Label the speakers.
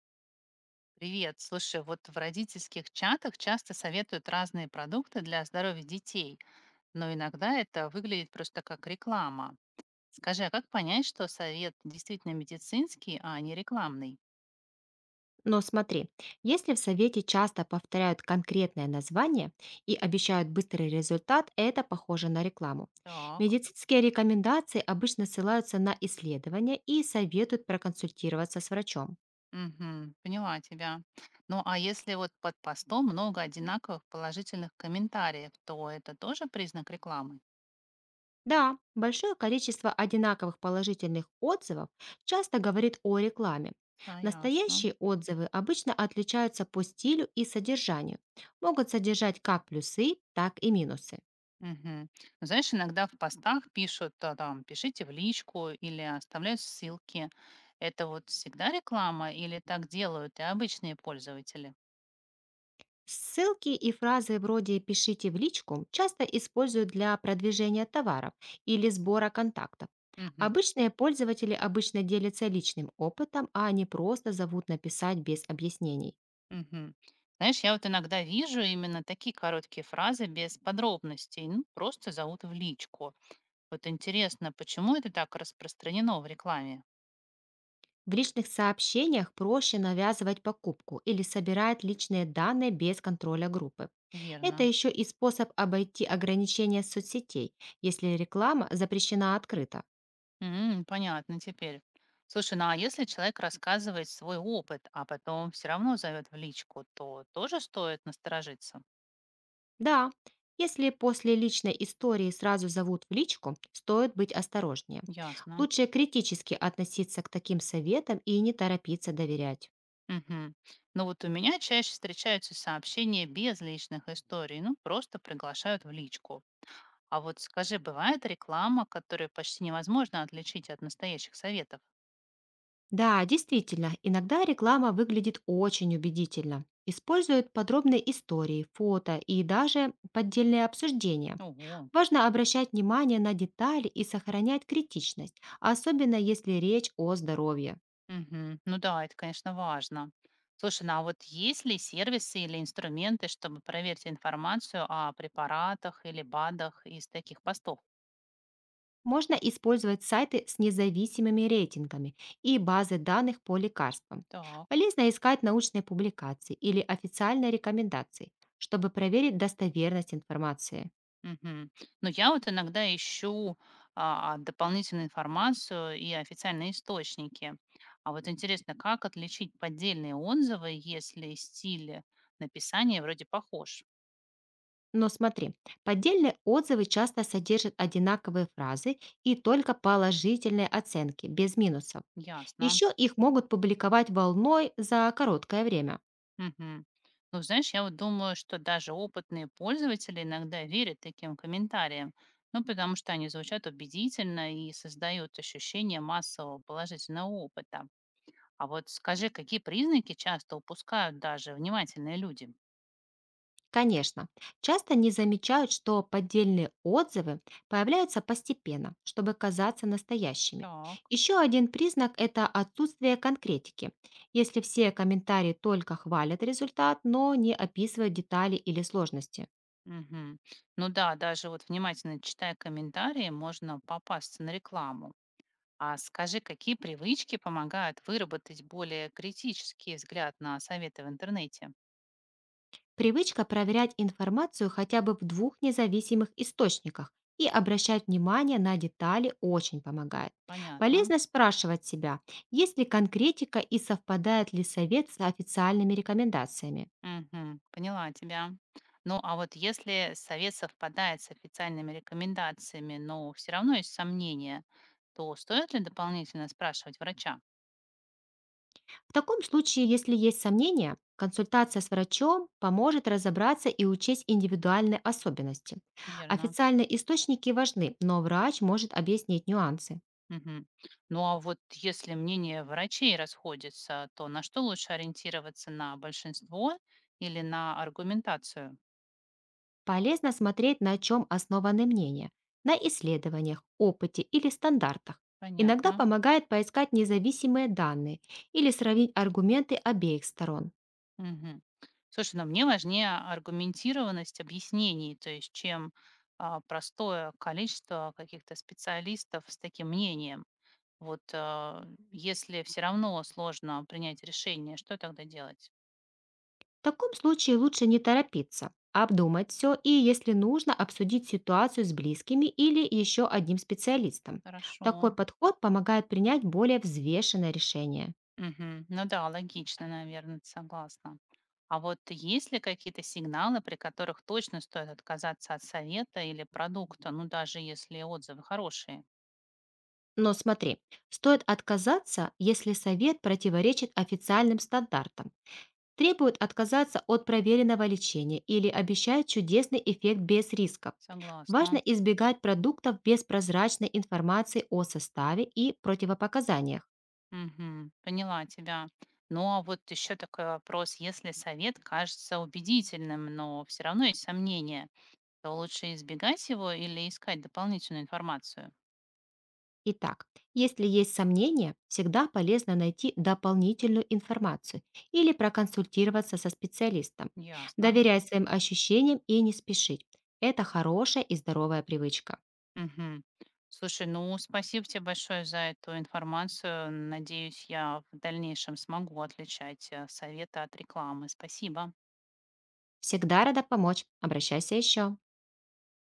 Speaker 1: Привет. Слушай, вот в родительских чатах часто советуют разные продукты для здоровья детей, но иногда это выглядит просто как реклама. Скажи, а как понять, что совет действительно медицинский, а не рекламный?
Speaker 2: Но смотри, если в совете часто повторяют конкретное название и обещают быстрый результат, это похоже на рекламу.
Speaker 1: Так,
Speaker 2: Медицинские рекомендации обычно ссылаются на исследования и советуют проконсультироваться с врачом.
Speaker 1: мгм, поняла тебя. Ну а если вот под постом много одинаковых положительных комментариев, то это тоже признак рекламы?
Speaker 2: Да, большое количество одинаковых положительных отзывов часто говорит о рекламе.
Speaker 1: Да, ясно.
Speaker 2: Настоящие отзывы обычно отличаются по стилю и содержанию, могут содержать как плюсы, так и минусы.
Speaker 1: Мгм. Ну, знаешь, иногда в постах пишут, там, пишите в личку или оставляют ссылки. Это вот всегда реклама или так делают и обычные пользователи?
Speaker 2: Ссылки и фразы вроде «пишите в личку» часто используют для продвижения товаров или сбора контактов.
Speaker 1: Мгм.
Speaker 2: Обычные пользователи обычно делятся личным опытом, а не просто зовут написать без объяснений.
Speaker 1: Мгм. Знаешь, я вот иногда вижу именно такие короткие фразы без подробностей, ну, просто зовут в личку. Вот интересно, почему это так распространено в рекламе?
Speaker 2: В личных сообщениях проще навязывать покупку или собирать личные данные без контроля группы. Это
Speaker 1: Верно.
Speaker 2: еще и способ обойти ограничения соцсетей, если реклама запрещена открыто.
Speaker 1: М, понятно теперь. Слушай, ну а если человек рассказывает свой опыт, а потом все равно зовет в личку, то тоже стоит насторожиться?
Speaker 2: Да, если после личной истории сразу зовут в личку, стоит быть осторожнее.
Speaker 1: Ясно.
Speaker 2: Лучше критически относиться к таким советам и не торопиться доверять.
Speaker 1: Мгм. Но вот у меня чаще встречаются сообщения без личных историй, ну просто приглашают в личку. А вот скажи, бывает реклама, которую почти невозможно отличить от настоящих советов?
Speaker 2: Да, действительно, иногда реклама выглядит очень убедительно. Используют подробные истории, фото и даже поддельные обсуждения.
Speaker 1: Ого.
Speaker 2: Важно обращать внимание на детали и сохранять критичность, особенно если речь о здоровье.
Speaker 1: Мгм. Ну да, это, конечно, важно. Слушай, ну а вот есть ли сервисы или инструменты, чтобы проверить информацию о препаратах или БАДах из таких постов?
Speaker 2: Можно использовать сайты с независимыми рейтингами и базы данных по лекарствам.
Speaker 1: Так.
Speaker 2: Полезно искать научные публикации или официальные рекомендации, чтобы проверить достоверность информации.
Speaker 1: Мгм. Но я вот иногда ищу дополнительную информацию и официальные источники. А вот интересно, как отличить поддельные отзывы, если стиль написания вроде похож?
Speaker 2: Но смотри, поддельные отзывы часто содержат одинаковые фразы и только положительные оценки, без минусов.
Speaker 1: Ясно.
Speaker 2: Еще их могут публиковать волной за короткое время.
Speaker 1: Мгм. Ну, знаешь, я вот думаю, что даже опытные пользователи иногда верят таким комментариям, ну, потому что они звучат убедительно и создают ощущение массового положительного опыта. А вот скажи, какие признаки часто упускают даже внимательные люди?
Speaker 2: Конечно, часто не замечают, что поддельные отзывы появляются постепенно, чтобы казаться настоящими.
Speaker 1: Так.
Speaker 2: Еще один признак– это отсутствие конкретики. Если все комментарии только хвалят результат, но не описывают детали или сложности.
Speaker 1: Мгм. Ну да, даже вот внимательно читая комментарии, можно попасться на рекламу. А скажи, какие привычки помогают выработать более критический взгляд на советы в интернете?
Speaker 2: Привычка проверять информацию хотя бы в двух независимых источниках и обращать внимание на детали очень помогает.
Speaker 1: Понятно.
Speaker 2: Полезно спрашивать себя, есть ли конкретика и совпадает ли совет с официальными рекомендациями.
Speaker 1: Мгм. Поняла тебя. Ну, а вот если совет совпадает с официальными рекомендациями, но все равно есть сомнения, то стоит ли дополнительно спрашивать врача?
Speaker 2: В таком случае, если есть сомнения, консультация с врачом поможет разобраться и учесть индивидуальные особенности.
Speaker 1: Верно.
Speaker 2: Официальные источники важны, но врач может объяснить нюансы.
Speaker 1: Мгм. Ну, а вот если мнение врачей расходится, то на что лучше ориентироваться? На большинство или на аргументацию?
Speaker 2: Полезно смотреть, на чем основаны мнения, на исследованиях, опыте или стандартах. Иногда
Speaker 1: Понятно.
Speaker 2: помогает поискать независимые данные или сравнить аргументы обеих сторон.
Speaker 1: Мгм. Слушай, ну мне важнее аргументированность объяснений, то есть чем простое количество каких-то специалистов с таким мнением. Вот если все равно сложно принять решение, что тогда делать?
Speaker 2: В таком случае лучше не торопиться, обдумать все и, если нужно, обсудить ситуацию с близкими или еще одним специалистом.
Speaker 1: Хорошо.
Speaker 2: Такой подход помогает принять более взвешенное решение.
Speaker 1: Мгм. Ну да, логично, наверное, согласна. А вот есть ли какие-то сигналы, при которых точно стоит отказаться от совета или продукта, ну даже если отзывы хорошие?
Speaker 2: Но смотри, стоит отказаться, если совет противоречит официальным стандартам требуют отказаться от проверенного лечения или обещают чудесный эффект без рисков.
Speaker 1: Согласна.
Speaker 2: Важно избегать продуктов без прозрачной информации о составе и противопоказаниях.
Speaker 1: Мгм. Поняла тебя. Ну а вот еще такой вопрос. Если совет кажется убедительным, но все равно есть сомнения, то лучше избегать его или искать дополнительную информацию?
Speaker 2: Итак, если есть сомнения, всегда полезно найти дополнительную информацию или проконсультироваться со специалистом.
Speaker 1: Ясно.
Speaker 2: Доверять своим ощущениям и не спешить. Это хорошая и здоровая привычка.
Speaker 1: Мгм. Слушай, ну спасибо тебе большое за эту информацию. Надеюсь, я в дальнейшем смогу отличать советы от рекламы. Спасибо.
Speaker 2: Всегда рада помочь. Обращайся еще.